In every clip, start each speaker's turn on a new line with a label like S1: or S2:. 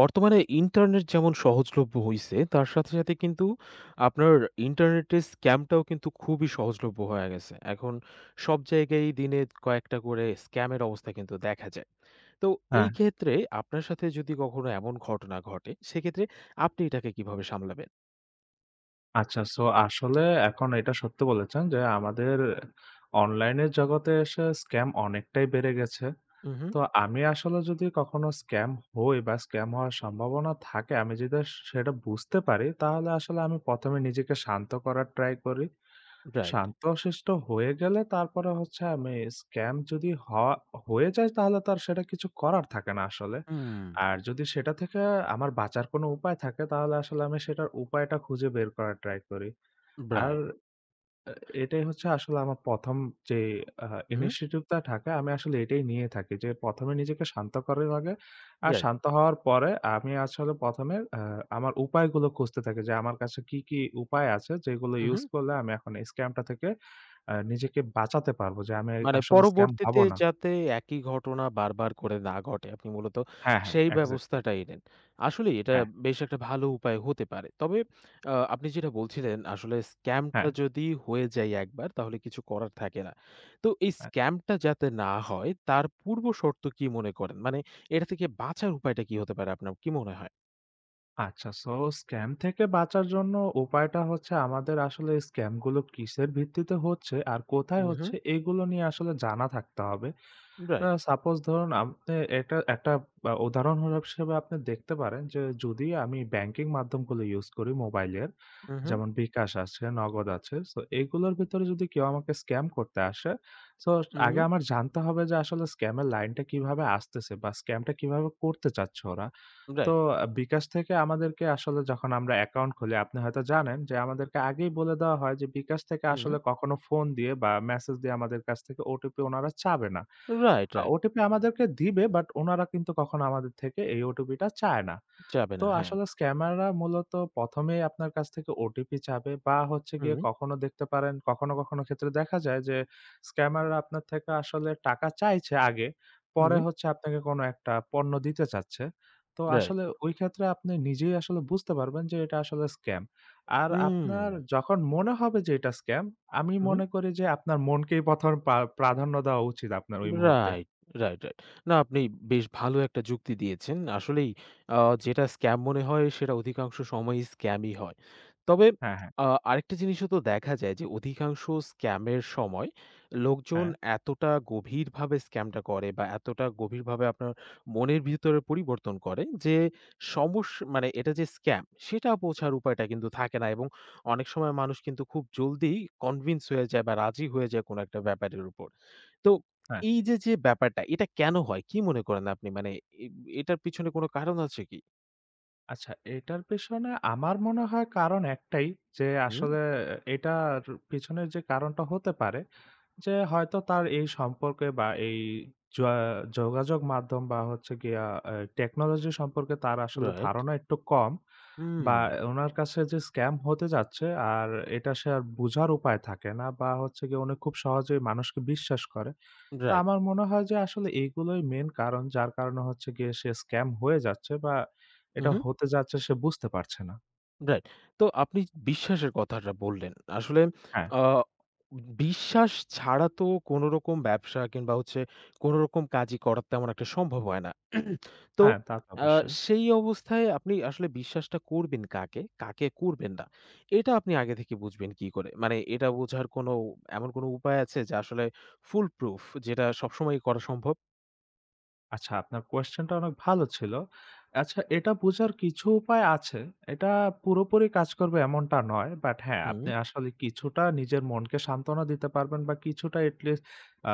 S1: বর্তমানে ইন্টারনেট যেমন সহজলভ্য হইছে, তার সাথে কিন্তু আপনার ইন্টারনেটের স্ক্যামটাও কিন্তু খুবই সহজলভ্য হয়ে গেছে। এখন সব জায়গায়ই দিনে কয়েকটা করে স্ক্যামের অবস্থা কিন্তু দেখা যায়। তো
S2: হ্যাঁ,
S1: এই ক্ষেত্রে আপনার সাথে যদি কখনো এমন ঘটনা ঘটে, সেক্ষেত্রে আপনি এটাকে কিভাবে সামলাবেন?
S2: আচ্ছা। সো আসলে এখন এটা সত্য বলেছেন যে, আমাদের অনলাইনের জগতে এসে স্ক্যাম অনেকটাই বেড়ে গেছে।
S1: উহু,
S2: তো আমি আসলে যদি কখনো স্ক্যাম হই বা স্ক্যাম হওয়ার সম্ভাবনা থাকে, আমি যদি সেটা বুঝতে পারি, তাহলে আসলে আমি ১ম এ নিজেকে শান্ত করার ট্রাই করি।
S1: রাইট।
S2: শান্তশিষ্ট হয়ে গেলে তারপরে হচ্ছে আমি স্ক্যাম যদি হয়ে যায় তাহলে তো আর সেটা কিছু করার থাকে না আসলে।
S1: হুম।
S2: আর যদি সেটা থেকে আমার বাঁচার কোনো উপায় থাকে তাহলে আসলে আমি সেটার উপায়টা খুঁজে বের করার ট্রাই করি। আর
S1: রাইট।
S2: আ এটাই হচ্ছে আসলে আমার ১ম যে আ
S1: উহু,
S2: initiative টা থাকে, আমি আসলে এটাই নিয়ে থাকি যে ১ম এ নিজেকে শান্ত করার আগে আর
S1: রাইট।
S2: শান্ত হওয়ার পরে আমি আসলে ১ম এ আমার উপায়গুলো খুঁজতে থাকি যে আমার কাছে কি, কি উপায় আছে যেগুলো
S1: উহু।
S2: ইউজ করলে আমি এখন এই স্ক্যামটা থেকে নিজেকে বাঁচাতে পারবো, যে আমি
S1: মানে
S2: আসলে স্ক্যাম
S1: পরবর্তীতে
S2: হবো না।
S1: যাতে একই ঘটনা বারবার করে না ঘটে, আপনি মূলত
S2: হ্যাঁ, হ্যাঁ,
S1: সেই
S2: এক্সাক্টলি।
S1: ব্যবস্থাটাই নেন। আসলেই এটা
S2: হ্যাঁ,
S1: বেশ একটা ভালো উপায় হতে পারে। তবে আপনি যেটা বলছিলেন আসলে স্ক্যামটা
S2: হ্যাঁ,
S1: যদি হয়ে যায় একবার তাহলে কিছু করার থাকে না। তো এই
S2: হ্যাঁ।
S1: স্ক্যামটা যাতে না হয় তার পূর্ব শর্ত কি মনে করেন? মানে এটা থেকে বাঁচার উপায়টা কি হতে পারে আপনার কি মনে হয়?
S2: আচ্ছা, সো স্ক্যাম থেকে বাঁচার জন্য উপায়টা হচ্ছে, আমাদের আসলে স্ক্যাম গুলো কিসের ভিত্তিতে হচ্ছে আর কোথায়
S1: হুম, হুম।
S2: হচ্ছে এগুলো নিয়ে আসলে জানা থাকতে হবে। না,
S1: রাইট।
S2: সাপোজ ধরুন আপনি, এটা একটা উদাহরণ হিসেবে আপনি দেখতে পারেন, যে যদি আমি ব্যাংকিং মাধ্যমগুলো ইউজ করি মোবাইলের,
S1: হুম, হুম।
S2: যেমন বিকাশ আছে, নগদ আছে। সো এগুলোর ভিতরে যদি কেউ আমাকে স্ক্যাম করতে আসে, সো
S1: হুম,
S2: আগে আমার জানতে হবে যে আসলে স্ক্যামের লাইনটা কিভাবে আসতেছে বা স্ক্যামটা কিভাবে করতে চাচ্ছে ওরা। তো
S1: রাইট।
S2: বিকাশ থেকে আমাদেরকে আসলে, যখন আমরা অ্যাকাউন্ট খুলি আপনি হয়তো জানেন যে আমাদেরকে আগেই বলে দেওয়া হয় যে বিকাশ থেকে
S1: হুম,
S2: আসলে কখনো ফোন দিয়ে বা মেসেজ দিয়ে আমাদের কাছ থেকে ওটিপি ওনারা চাবে না।
S1: Right, right.
S2: ওটিপি আমাদেরকে দিবে, বাট উনারা কিন্তু কখনো আমাদের থেকে এই ওটিপিটা চায় না।
S1: যাবে
S2: তো
S1: না। হ্যাঁ।
S2: আসলে স্ক্যামাররা মূলত ১ম এই আপনার কাছ থেকে ওটিপি চাবে, বা হচ্ছে গিয়ে
S1: হুম,
S2: কখনো দেখতে পারেন, কখনো ক্ষেত্রে দেখা যায় যে স্ক্যামাররা আপনার থেকে আসলে টাকা চাইছে আগে। পরে
S1: হুম,
S2: হচ্ছে আপনাকে কোনো একটা পণ্য দিতে চাচ্ছে। তো
S1: রাইট।
S2: আসলে ওই ক্ষেত্রে আপনি নিজেই আসলে বুঝতে পারবেন যে এটা আসলে স্ক্যাম। আর
S1: হুম।
S2: আপনার যখন মনে হবে যে এটা স্ক্যাম, আমি
S1: হুম।
S2: মনে করি যে আপনার মনকেই ১ম প্রাধান্য দেওয়া উচিত আপনার ওই মুহূর্তে।
S1: Right, right, right. না আপনি বেশ ভালো একটা যুক্তি দিয়েছেন। আসলেই আ যেটা স্ক্যাম মনে হয় সেটা অধিকাংশ সময়ই স্ক্যামই হয়। তবে
S2: হ্যাঁ, হ্যাঁ,
S1: আরেকটা জিনিসও তো দেখা যায় যে অধিকাংশ স্ক্যামের সময় লোকজন
S2: হ্যাঁ,
S1: এতটা গভীরভাবে স্ক্যামটা করে বা এতটা গভীরভাবে আপনার মনের ভিতরে পরিবর্তন করে যে সমস মানে এটা যে স্ক্যাম সেটা বোঝার উপায়টা কিন্তু থাকে না এবং অনেক সময় মানুষ কিন্তু খুব জলদি কনভিন্স হয়ে যায় বা রাজি হয়ে যায় কোনো একটা ব্যাপারের উপর। তো
S2: হ্যাঁ।
S1: এই যে, যে ব্যাপারটা, এটা কেন হয়? কি মনে করেন আপনি? মানে এ এটার পিছনে কোন কারণ আছে কি?
S2: আচ্ছা, এটার পেছনে আমার মনে হয় কারণ একটাই, যে
S1: হুম,
S2: আসলে এটার পিছনের যে কারণটা হতে পারে, যে হয়তো তার এই সম্পর্কে বা এই যোয়া যোগাযোগ মাধ্যম বা হচ্ছে গিয়া টেকনোলজি সম্পর্কে তার আসলে
S1: রাইট।
S2: ধারণা একটু কম,
S1: হুম,
S2: বা উনার কাছে যে স্ক্যাম হতে যাচ্ছে আর এটা সে আর বুঝার উপায় থাকে না, বা হচ্ছে গিয়ে উনি খুব সহজেই মানুষকে বিশ্বাস করে। তো
S1: রাইট।
S2: আমার মনে হয় যে আসলে এইগুলোই মেইন কারণ, যার কারণে হচ্ছে গিয়ে সে স্ক্যাম হয়ে যাচ্ছে বা এটা
S1: উহু,
S2: হতে যাচ্ছে সে বুঝতে পারছে না।
S1: রাইট। তো আপনি বিশ্বাসের কথাটা বললেন। আসলে
S2: হ্যাঁ,
S1: আ বিশ্বাস ছাড়া তো কোন রকম ব্যবসা কিংবা হচ্ছে কোন রকম কাজই করা তেমন একটা সম্ভব হয় না। তো
S2: হ্যাঁ, তা তো
S1: আ
S2: অবশ্যই।
S1: সেই অবস্থায় আপনি আসলে বিশ্বাসটা করবেন কাকে, কাকে করবেন না। এটা আপনি আগে থেকে বুঝবেন কি করে? মানে এটা বোঝার কোনো এমন কোনো উপায় আছে যা আসলে ফুল প্রুফ যেটা সবসময়ই করা সম্ভব?
S2: আচ্ছা, আপনার কোয়েশ্চেনটা অনেক ভালো ছিল। আচ্ছা, এটা বোঝার কিছু উপায় আছে। এটা পুরোপুরি কাজ করবে এমনটা নয়। বাট হ্যাঁ,
S1: হুম,
S2: আপনি আসলে কিছুটা নিজের মনকে সান্ত্বনা দিতে পারবেন বা কিছুটা এটলিস্ট আ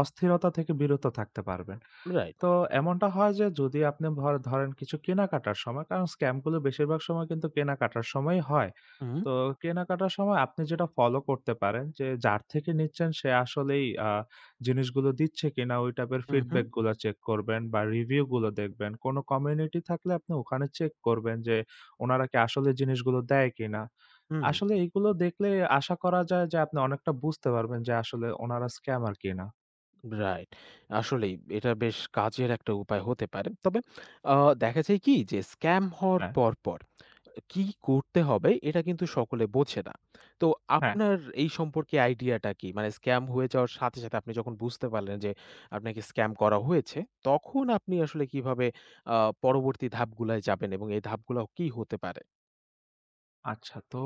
S2: অস্থিরতা থেকে বিরত থাকতে পারবেন।
S1: রাইট।
S2: তো এমনটা হয় যে, যদি আপনি ভর ধরেন কিছু কেনাকাটার সময়, কারণ স্ক্যাম গুলো বেশিরভাগ সময় কিন্তু কেনাকাটার সময়ই হয়।
S1: হুম,
S2: তো কেনাকাটার সময় আপনি যেটা ফলো করতে পারেন, যে যার থেকে নিচ্ছেন সে আসলেই জিনিসগুলো দিচ্ছে কিনা, ওই টাইপের
S1: হুম, হুম,
S2: ফিডব্যাক গুলা চেক করবেন বা রিভিউ গুলো দেখবেন। কোনো কমিউনিটি থাকলে আপনি ওখানে চেক করবেন যে উনারা কি আসলে জিনিসগুলো দেয় কিনা?
S1: হুম,
S2: আসলে এগুলো দেখলে আশা করা যায় যে আপনি অনেকটা বুঝতে পারবেন যে আসলে ওনারা স্ক্যামার কিনা।
S1: রাইট। আসলেই এটা বেশ কাজের একটা উপায় হতে পারে। তবে আ দেখা যায় কি যে স্ক্যাম হওয়ার
S2: হ্যাঁ,
S1: পরপর কি করতে হবে এটা কিন্তু সকলে বোঝে না। তো
S2: হ্যাঁ।
S1: আপনার এই সম্পর্কে আইডিয়াটা কি? মানে স্ক্যাম হয়ে যাওয়ার সাথে আপনি যখন বুঝতে পারলেন যে আপনাকে স্ক্যাম করা হয়েছে, তখন আপনি আসলে কিভাবে আ পরবর্তী ধাপগুলায় যাবেন এবং এই ধাপগুলা কি হতে পারে?
S2: আচ্ছা, তো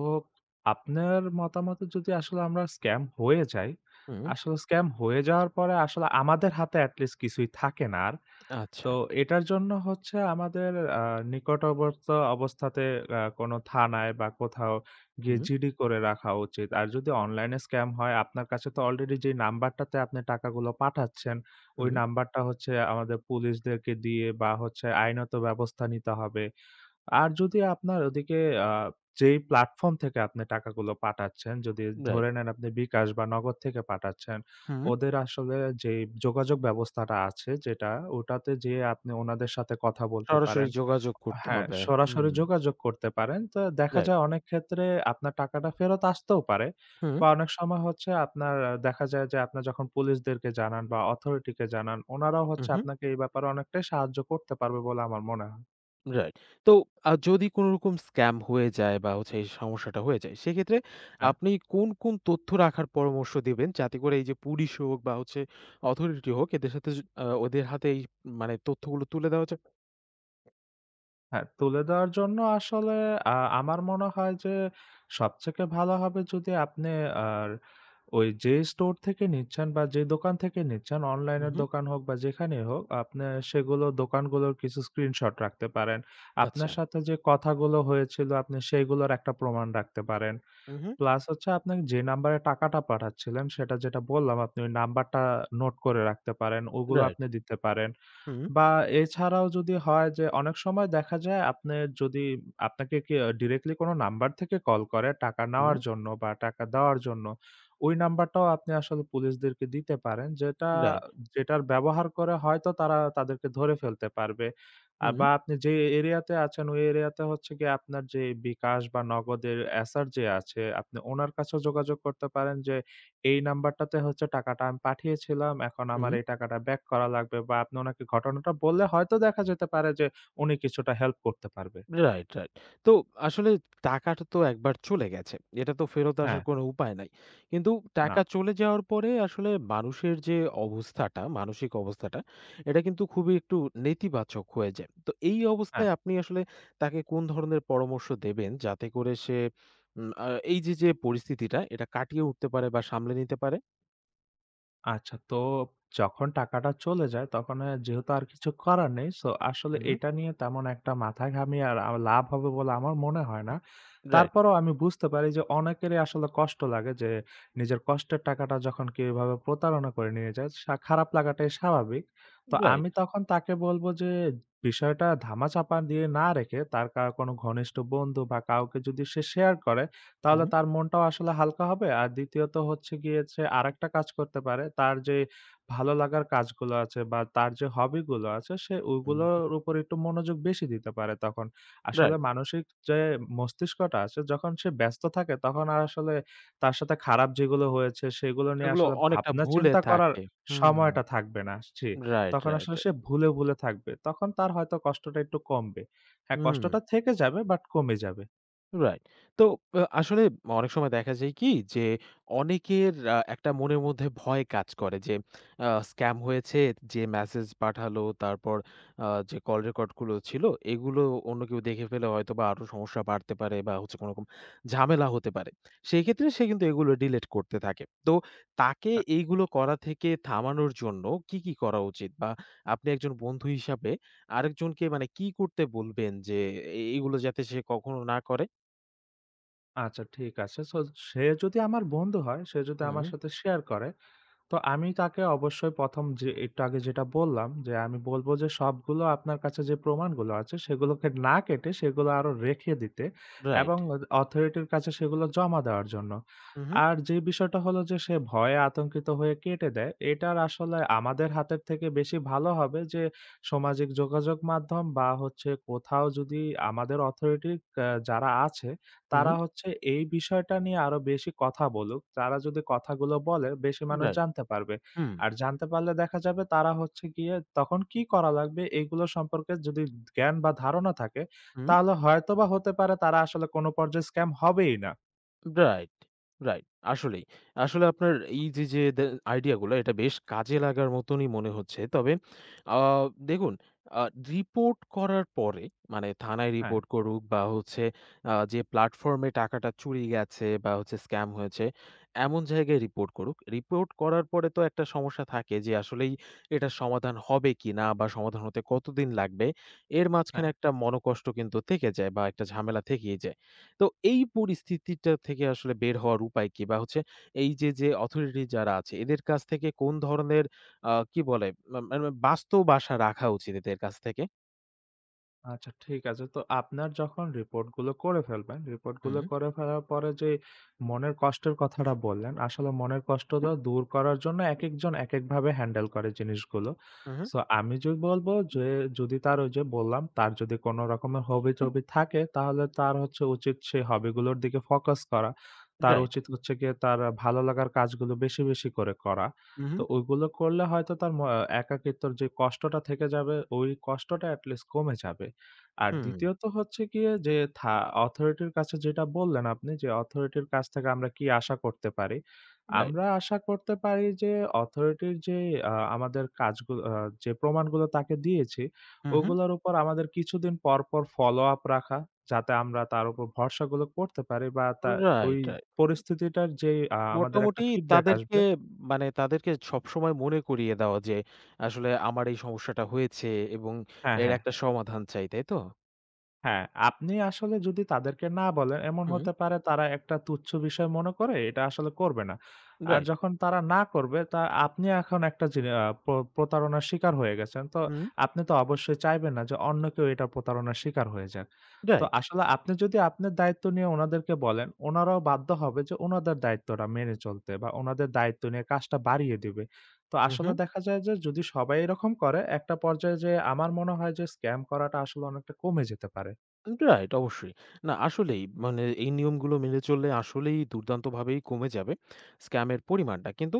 S2: আপনার মতামতে যদি আসলে আমরা স্ক্যাম হয়ে যাই,
S1: হুম,
S2: আসলে স্ক্যাম হয়ে যাওয়ার পরে আসলে আমাদের হাতে at least কিছুই থাকে না আর।
S1: আচ্ছা।
S2: তো এটার জন্য হচ্ছে আমাদের আ নিকটবর্তী অবস্থাতে কোনো থানায় বা কোথাও গিয়ে
S1: হুম,
S2: জিডি করে রাখা উচিত। আর যদি অনলাইনে স্ক্যাম হয়, আপনার কাছে তো অলরেডি যেই নাম্বারটাতে আপনি টাকাগুলো পাঠাচ্ছেন, ওই
S1: হুম,
S2: নাম্বারটা হচ্ছে আমাদের পুলিশদেরকে দিয়ে বা হচ্ছে আইনত ব্যবস্থা নিতে হবে। আর যদি আপনার ওদিকে আ যেই প্ল্যাটফর্ম থেকে আপনি টাকাগুলো পাঠাচ্ছেন, যদি
S1: রাইট।
S2: ধরে নেন আপনি বিকাশ বা নগদ থেকে পাঠাচ্ছেন,
S1: হুম,
S2: ওদের আসলে যেই যোগাযোগ ব্যবস্থাটা আছে যেটা, ওটাতে যেয়ে আপনি ওনাদের সাথে কথা বলতে
S1: সরাসরি
S2: পারেন।
S1: যোগাযোগ করতে
S2: হ্যাঁ,
S1: হবে। হুম,
S2: সরাসরি যোগাযোগ করতে পারেন। তো দেখা
S1: রাইট।
S2: যায় অনেক ক্ষেত্রে আপনার টাকাটা ফেরত আসতেও পারে,
S1: হুম,
S2: বা অনেক সময় হচ্ছে আপনার, দেখা যায় যে আপনার যখন পুলিশদেরকে জানান বা অথরিটিকে জানান, ওনারাও হচ্ছে
S1: উহু।
S2: আপনাকে এই ব্যাপারে অনেকটাই সাহায্য করতে পারবে বলে আমার মনে হয়।
S1: রাইট। তো যদি কোনরকম স্ক্যাম হয়ে যায় বা হচ্ছে এই সমস্যাটা হয়ে যায়, সেক্ষেত্রে
S2: হ্যাঁ।
S1: আপনি কোন, কোন তথ্য রাখার পরামর্শ দিবেন? যাতে করে এই যে পুলিশ হোক বা হচ্ছে অথরিটি হোক এদের সাথে য আ ওদের হাতে এই মানে তথ্যগুলো তুলে দেওয়া যায়?
S2: হ্যাঁ, তুলে দেওয়ার জন্য আসলে আ আমার মনে হয় যে সবথেকে ভালো হবে যদি আপনি, আর ওই যে স্টোর থেকে নিচ্ছেন বা যে দোকান থেকে নিচ্ছেন, অনলাইনের
S1: উহু,
S2: দোকান হোক বা যেখানেই হোক, আপনি সেগুলো দোকানগুলোর কিছু স্ক্রিনশট রাখতে পারেন।
S1: আচ্ছা।
S2: আপনার সাথে যে কথাগুলো হয়েছিল আপনি সেইগুলোর একটা প্রমাণ রাখতে পারেন।
S1: উহু,
S2: প্লাস হচ্ছে আপনাকে যে নাম্বারে টাকাটা পাঠাচ্ছিলেন, সেটা যেটা বললাম, আপনি ওই নাম্বারটা নোট করে রাখতে পারেন। ওগুলো
S1: রাইট।
S2: আপনি দিতে পারেন।
S1: হুম,
S2: বা এছাড়াও যদি হয় যে, অনেক সময় দেখা যায় আপনি যদি, আপনাকে কি ডিরেক্টলি কোন নাম্বার থেকে কল করে টাকা
S1: হুম,
S2: নেওয়ার জন্য বা টাকা দেওয়ার জন্য, ওই নাম্বারটাও আপনি আসলে পুলিশদেরকে দিতে পারেন। যেটা
S1: রাইট।
S2: যেটার ব্যবহার করে হয়তো তারা তাদেরকে ধরে ফেলতে পারবে। বা
S1: হুম,
S2: আপনি যে এরিয়াতে আছেন, ওই এরিয়াতে হচ্ছে গিয়ে আপনার যে বিকাশ বা নগদের এসার যে আছে, আপনি ওনার কাছেও যোগাযোগ করতে পারেন যে এই নাম্বারটাতে হচ্ছে টাকাটা আমি পাঠিয়েছিলাম। এখন আমার
S1: হুম।
S2: এই টাকাটা ব্যাক করা লাগবে, বা আপনি উনাকে ঘটনাটা বললে হয়তো দেখা যেতে পারে যে উনি কিছুটা হেল্প করতে পারবে।
S1: Right, right. তো আসলে টাকাটা তো একবার চলে গেছে। এটা তো ফেরত
S2: হ্যাঁ,
S1: আসার কোনো উপায় নাই। কিন্তু
S2: না।
S1: টাকা চলে যাওয়ার পরে আসলে মানুষের যে অবস্থাটা, মানসিক অবস্থাটা, এটা কিন্তু খুবই একটু নেতিবাচক হয়ে যায়। তো এই অবস্থায় আপনি আসলে তাকে কোন ধরনের পরামর্শ দেবেন যাতে করে সে উম আ এই যে, যে পরিস্থিতিটা এটা কাটিয়ে উঠতে পারে বা সামলে নিতে পারে?
S2: আচ্ছা, তো যখন টাকাটা চলে যায় তখন যেহেতু আর কিছু করার নেই। সো আসলে
S1: হুম,
S2: এটা নিয়ে তেমন একটা মাথা ঘামিয়ে আর লাভ হবে বলে আমার মনে হয় না।
S1: রাইট,
S2: তারপরেও আমি বুঝতে পারি যে অনেকেরই আসলে কষ্ট লাগে, যে নিজের কষ্টের টাকাটা যখন কেউ এভাবে প্রতারণা করে নিয়ে যায়, খারাপ লাগাটাই স্বাভাবিক। তো আমি
S1: রাইট।
S2: তখন তাকে বলব যে বিষয়টা ধামাচাপা দিয়ে না রেখে, তার কোনো ঘনিষ্ঠ বন্ধু বা কাউকে যদি সে শেয়ার করে, তাহলে
S1: হুম,
S2: তার মনটাও আসলে হালকা হবে। আর দ্বিতীয়ত হচ্ছে গিয়ে যে আরেকটা কাজ করতে পারে, তার যে ভালো লাগার কাজগুলো আছে বা তার যে হবিগুলো আছে, সে
S1: হুম,
S2: ওইগুলোর উপর একটু মনোযোগ বেশি দিতে পারে তখন। আসলে
S1: রাইট।
S2: মানসিক যে মস্তিষ্কটা আছে, যখন সে ব্যস্ত থাকে তখন আর আসলে তার সাথে খারাপ যেগুলো হয়েছে, সেগুলো নিয়ে
S1: সেগুলো
S2: আসলে
S1: অনেকটা
S2: ভাবনা
S1: ভুলে
S2: চিন্তা করার
S1: থাকে। হুম,
S2: সময়টা থাকবে না। জি।
S1: রাইট,
S2: তখন
S1: রাইট,
S2: আসলে সে
S1: রাইট।
S2: ভুলে, ভুলে থাকবে। তখন তার হয়তো কষ্টটা একটু কমবে। হ্যাঁ,
S1: হুম।
S2: কষ্টটা থেকে যাবে বাট কমে যাবে।
S1: রাইট। তো আসলে অনেক সময় দেখা যায় কি যে অনেকের একটা মনের মধ্যে ভয় কাজ করে যে স্ক্যাম হয়েছে, যে মেসেজ পাঠালো, তারপর যে কল রেকর্ড গুলো ছিল এগুলো অন্য কেউ দেখে ফেলে হয়তোবা আরো সমস্যা বাড়তে পারে বা হচ্ছে কোনোরকম ঝামেলা হতে পারে। সেই ক্ষেত্রে সে কিন্তু এগুলো ডিলিট করতে থাকে। তো তাকে এইগুলো করা থেকে থামানোর জন্য কি, কি করা উচিত? বা আপনি একজন বন্ধু হিসাবে আরেকজনকে মানে কি করতে বলবেন যে এগুলো যাতে সে কখনো না করে?
S2: আচ্ছা, ঠিক আছে। সো সে যদি আমার বন্ধু হয়, সে যদি
S1: হুম,
S2: আমার সাথে শেয়ার করে, তো আমি তাকে অবশ্যই ১ম, যে একটু আগে যেটা বললাম, যে আমি বলব যে সবগুলো আপনার কাছে যে প্রমাণগুলো আছে সেগুলোকে না কেটে সেগুলো আরো রেখে দিতে, এবং
S1: রাইট।
S2: অথরিটির কাছে সেগুলো জমা দেওয়ার জন্য।
S1: হু, হু।
S2: আর যে বিষয়টা হলো যে সে ভয়ে আতঙ্কিত হয়ে কেটে দেয়, এটার আসলে আমাদের হাতের থেকে বেশি ভালো হবে যে সামাজিক যোগাযোগ মাধ্যম বা হচ্ছে কোথাও যদি আমাদের অথরিটি যারা আছে,
S1: হুম,
S2: তারা হচ্ছে এই বিষয়টা নিয়ে আরো বেশি কথা বলুক। তারা যদি কথাগুলো বলে, বেশি মানুষ
S1: রাইট।
S2: জানতে পারবে।
S1: হুম।
S2: আর জানতে পারলে দেখা যাবে, তারা হচ্ছে গিয়ে তখন কি করা লাগবে এগুলো সম্পর্কে যদি জ্ঞান বা ধারণা থাকে,
S1: হু।
S2: তাহলে হয়তোবা হতে পারে তারা আসলে কোন পর্যায়ে স্ক্যাম হবেই না।
S1: Right, right. আসলেই। আসলে আপনার এই যে, যে আইডিয়াগুলা এটা বেশ কাজে লাগার মতনই মনে হচ্ছে। তবে আ দেখুন আ রিপোর্ট করার পরে মানে থানায়
S2: হ্যাঁ,
S1: রিপোর্ট করুক বা হচ্ছে যে প্ল্যাটফর্ম এ টাকাটা চুরি গেছে বা হচ্ছে স্ক্যাম হয়েছে, এমন জায়গায় রিপোর্ট করুক। রিপোর্ট করার পরে তো একটা সমস্যা থাকে যে আসলেই এটার সমাধান হবে কিনা বা সমাধান হতে কতদিন লাগবে? এর
S2: হ্যাঁ।
S1: মাঝখানে একটা মনোকষ্ট কিন্তু থেকে যায় বা একটা ঝামেলা থেকেই যায়। তো এই পরিস্থিতিটা থেকে আসলে বের হওয়ার উপায় কি? বা হচ্ছে এই যে, যে অথরিটি যারা আছে এদের কাছ থেকে কোন ধরনের আ কি বলে মানে বাস্তব আশা রাখা উচিত এদের কাছ থেকে?
S2: আচ্ছা, ঠিক আছে। তো আপনার যখন রিপোর্টগুলো করে ফেলবেন, রিপোর্টগুলো
S1: হুম,
S2: করে ফেলার পরে যে মনের কষ্টের কথাটা বললেন, আসলে মনের কষ্টটা দূর করার জন্য একেকজন একেকভাবে হ্যান্ডেল করে জিনিসগুলো।
S1: হু, হু,
S2: সো আমি যদি বলবো যে, যদি তার, ওই যে বললাম, তার যদি কোনো রকমের হবি-টবি থাকে, তাহলে তার হচ্ছে উচিত সেই হবিগুলোর দিকে ফোকাস করা। তার
S1: রাইট।
S2: উচিত হচ্ছে গিয়ে তার ভালো লাগার কাজগুলো বেশি, বেশি করে করা।
S1: হু, হু,
S2: তো ওইগুলো করলে হয়তো তার একাকিত্বর যে কষ্টটা থেকে যাবে, ওই কষ্টটা এটলিস্ট কমে যাবে। আর
S1: হুম,
S2: দ্বিতীয়ত হচ্ছে গিয়ে যে অথরিটির কাছে যেটা বললেন, আপনি, যে অথরিটির কাছ থেকে আমরা কি আশা করতে পারি?
S1: রাইট।
S2: আমরা আশা করতে পারি যে অথরিটির যে আমাদের কাজগুলো, যে প্রমাণগুলো তাকে দিয়েছি,
S1: হু, হু।
S2: ওগুলোর উপর আমাদের কিছুদিন পর, পর follow-up রাখা। যাতে আমরা তার উপর ভরসাগুলো করতে পারি বা তা, ওই
S1: রাইট, রাইট।
S2: পরিস্থিতিটার যে আমাদের একটা
S1: মোটামুটি
S2: feedback
S1: তাদেরকে
S2: আসবে।
S1: মানে তাদেরকে সবসময় মনে করিয়ে দেওয়া যে আসলে আমার এই সমস্যাটা হয়েছে এবং
S2: হ্যাঁ,
S1: এর
S2: হ্যাঁ।
S1: একটা সমাধান চাই, তাই তো?
S2: হ্যাঁ, আপনি আসলে যদি তাদেরকে না বলেন, এমন
S1: হুম,
S2: হতে পারে তারা একটা তুচ্ছ বিষয় মনে করে এটা আসলে করবে না। আর
S1: রাইট।
S2: যখন তারা না করবে, তা আপনি এখন একটা জিনি আ প্র প্রতারণার শিকার হয়ে গেছেন। তো
S1: হুম,
S2: আপনি তো অবশ্যই চাইবেন না যে অন্য কেউ এটা প্রতারণার শিকার হয়ে যাক। তো
S1: রাইট।
S2: আসলে আপনি যদি আপনার দায়িত্ব নিয়ে ওনাদেরকে বলেন, ওনারাও বাধ্য হবে যে ওনাদের দায়িত্বটা মেনে চলতে, বা ওনাদের দায়িত্ব নিয়ে কাজটা বাড়িয়ে দিবে। তো
S1: হু, হু।
S2: আসলে দেখা যায় যে, যদি সবাই এরকম করে একটা পর্যায়ে যেয়ে, আমার মনে হয় যে স্ক্যাম করাটা আসলে অনেকটা কমে যেতে পারে।
S1: উম রাইট অবশ্যই। না আসলেই মানে এই নিয়মগুলো মেনে চললে আসলেই দুর্দান্তভাবেই কমে যাবে স্ক্যামের পরিমাণটা। কিন্তু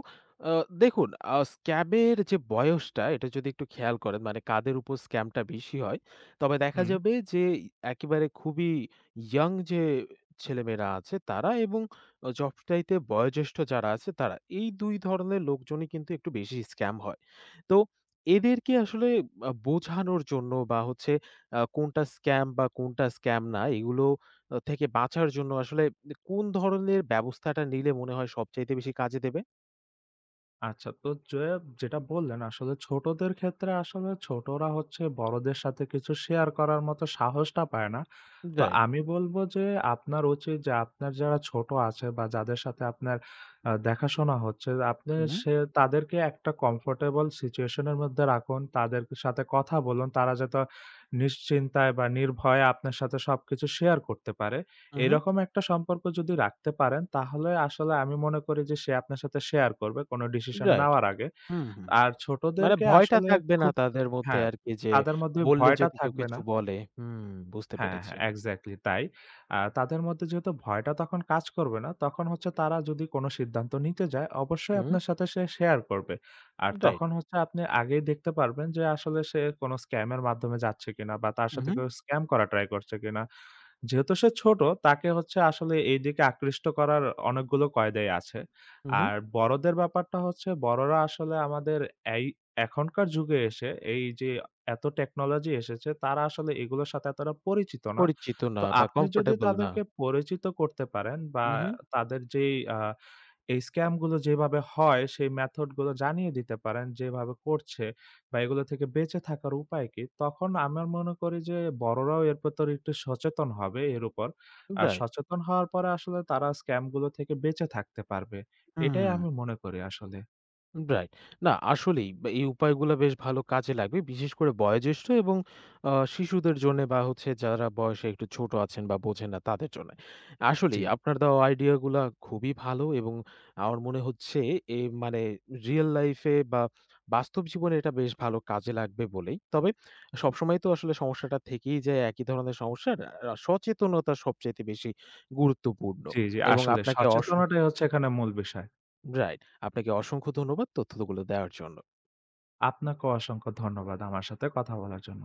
S1: আ দেখুন স্ক্যামের যে বয়সটা এটা যদি একটু খেয়াল করেন মানে কাদের উপর স্ক্যামটা বেশি হয়, তবে দেখা
S2: হুম,
S1: যাবে যে একেবারে খুবই ইয়াং যে ছেলেমেয়েরা আছে তারা এবং সবচাইতে বয়োজ্যেষ্ঠ যারা আছে তারা। এই ২ ধরনের লোকজনই কিন্তু একটু বেশি স্ক্যাম হয়। তো এদেরকে আসলে বোঝানোর জন্য বা হচ্ছে কোনটা স্ক্যাম বা কোনটা স্ক্যাম না এগুলো থেকে বাঁচার জন্য আসলে কোন ধরনের ব্যবস্থাটা নিলে মনে হয় সবচাইতে বেশি কাজে দেবে?
S2: আচ্ছা, তো যেটা বললেন আসলে ছোটদের ক্ষেত্রে, আসলে ছোটরা হচ্ছে বড়দের সাথে কিছু শেয়ার করার মতো সাহসটা পায় না। তো
S1: রাইট।
S2: আমি বলব যে, আপনার উচিত যে, আপনার যারা ছোট আছে বা যাদের সাথে আপনার দেখাশোনা হচ্ছে, আপনি,
S1: হুম,
S2: সে তাদেরকে একটা comfortable situation এর মধ্যে রাখুন। তাদের সাথে কথা বলুন। তারা যাতে নিশ্চিন্তায় বা নির্ভয়ে আপনার সাথে সবকিছু শেয়ার করতে পারে।
S1: হু, হু।
S2: এরকম একটা সম্পর্ক যদি রাখতে পারেন, তাহলে আসলে আমি মনে করি যে সে আপনার সাথে শেয়ার করবে কোন ডিসিশন
S1: রাইট।
S2: নেওয়ার আগে।
S1: হুম, হুম।
S2: আর
S1: মানে
S2: ছোটদেরকে
S1: ভয়টা
S2: আসলে
S1: থাকবে না
S2: খুব।
S1: তাদের মধ্যে
S2: হ্যাঁ,
S1: আরকি যে
S2: তাদের মধ্যে
S1: বললে
S2: ভয়টা
S1: যদি কেউ
S2: থাকবে
S1: কিছু
S2: না।
S1: বলে। হুম, বুঝতে
S2: হ্যাঁ,
S1: পেরেছি।
S2: হ্যাঁ, এক্সাক্টলি তাই। তাদের মধ্যে যেহেতু ভয়টা তখন কাজ করবে না, তখন হচ্ছে তারা যদি কোন সিদ্ধান্ত নিতে যায়, অবশ্যই
S1: হুম।
S2: আপনার সাথে সে শেয়ার করবে। আর
S1: রাইট।
S2: তখন হচ্ছে আপনি আগেই দেখতে পারবেন যে আসলে সে কোন স্ক্যাম এর মাধ্যমে যাচ্ছে কিনা, বা তার সাথে
S1: উহু,
S2: কেউ স্ক্যাম করা ট্রাই করছে কিনা। যেহেতু সে ছোট, তাকে হচ্ছে আসলে এই দিকে আকৃষ্ট করার অনেকগুলো কয়দাই আছে।
S1: উহু।
S2: আর বড়দের ব্যাপারটা হচ্ছে, বড়রা আসলে আমাদের এই এখনকার যুগে এসে এই যে এত টেকনোলজি এসেছে, তারা আসলে এগুলোর সাথে এতটা পরিচিত না।
S1: পরিচিত
S2: তো
S1: না বা
S2: আপনি যদি
S1: কমফোর্টেবল না।
S2: তাদেরকে পরিচিত করতে পারেন, বা
S1: উহু।
S2: তাদের যেই এই স্ক্যাম গুলো যেভাবে হয় সেই মেথড গুলো জানিয়ে দিতে পারেন যেভাবে করছে, বা এগুলো থেকে বেঁচে থাকার উপায় কি, তখন আমার মনে করি যে বড়রাও এর ভেতর একটু সচেতন হবে এর উপর। আর
S1: রাইট।
S2: সচেতন হওয়ার পরে আসলে তারা স্ক্যাম গুলো থেকে বেঁচে থাকতে পারবে।
S1: হুম।
S2: এটাই আমি মনে করি আসলে।
S1: রাইট। না আসলেই বা এই উপায়গুলা বেশ ভালো কাজে লাগবে। বিশেষ করে বয়োজ্যেষ্ঠ এবং শিশুদের জন্যে বা হচ্ছে যারা বয়সে একটু ছোট আছেন বা বোঝেন না তাদের জন্যে।
S2: জি,
S1: আসলেই আপনার দেওয়া আইডিয়াগুলা খুবই ভালো এবং আমার মনে হচ্ছে মানে রিয়াল লাইফ এ বা বাস্তব জীবনে এটা বেশ ভালো কাজে লাগবে বলেই। তবে সবসময় তো আসলে সমস্যাটা থেকেই যায় একই ধরনের সমস্যার। আ সচেতনতা সবচাইতে বেশি গুরুত্বপূর্ণ
S2: জি, জি,
S1: এবং
S2: আসলে
S1: আপনাকে অসংখ্য
S2: সচেতনতাই হচ্ছে এখানে মূল বিষয়।
S1: রাইট। আপনাকে অসংখ্য ধন্যবাদ তথ্যগুলো দেওয়ার জন্য।
S2: আপনাকেও অসংখ্য ধন্যবাদ আমার সাথে কথা বলার জন্য।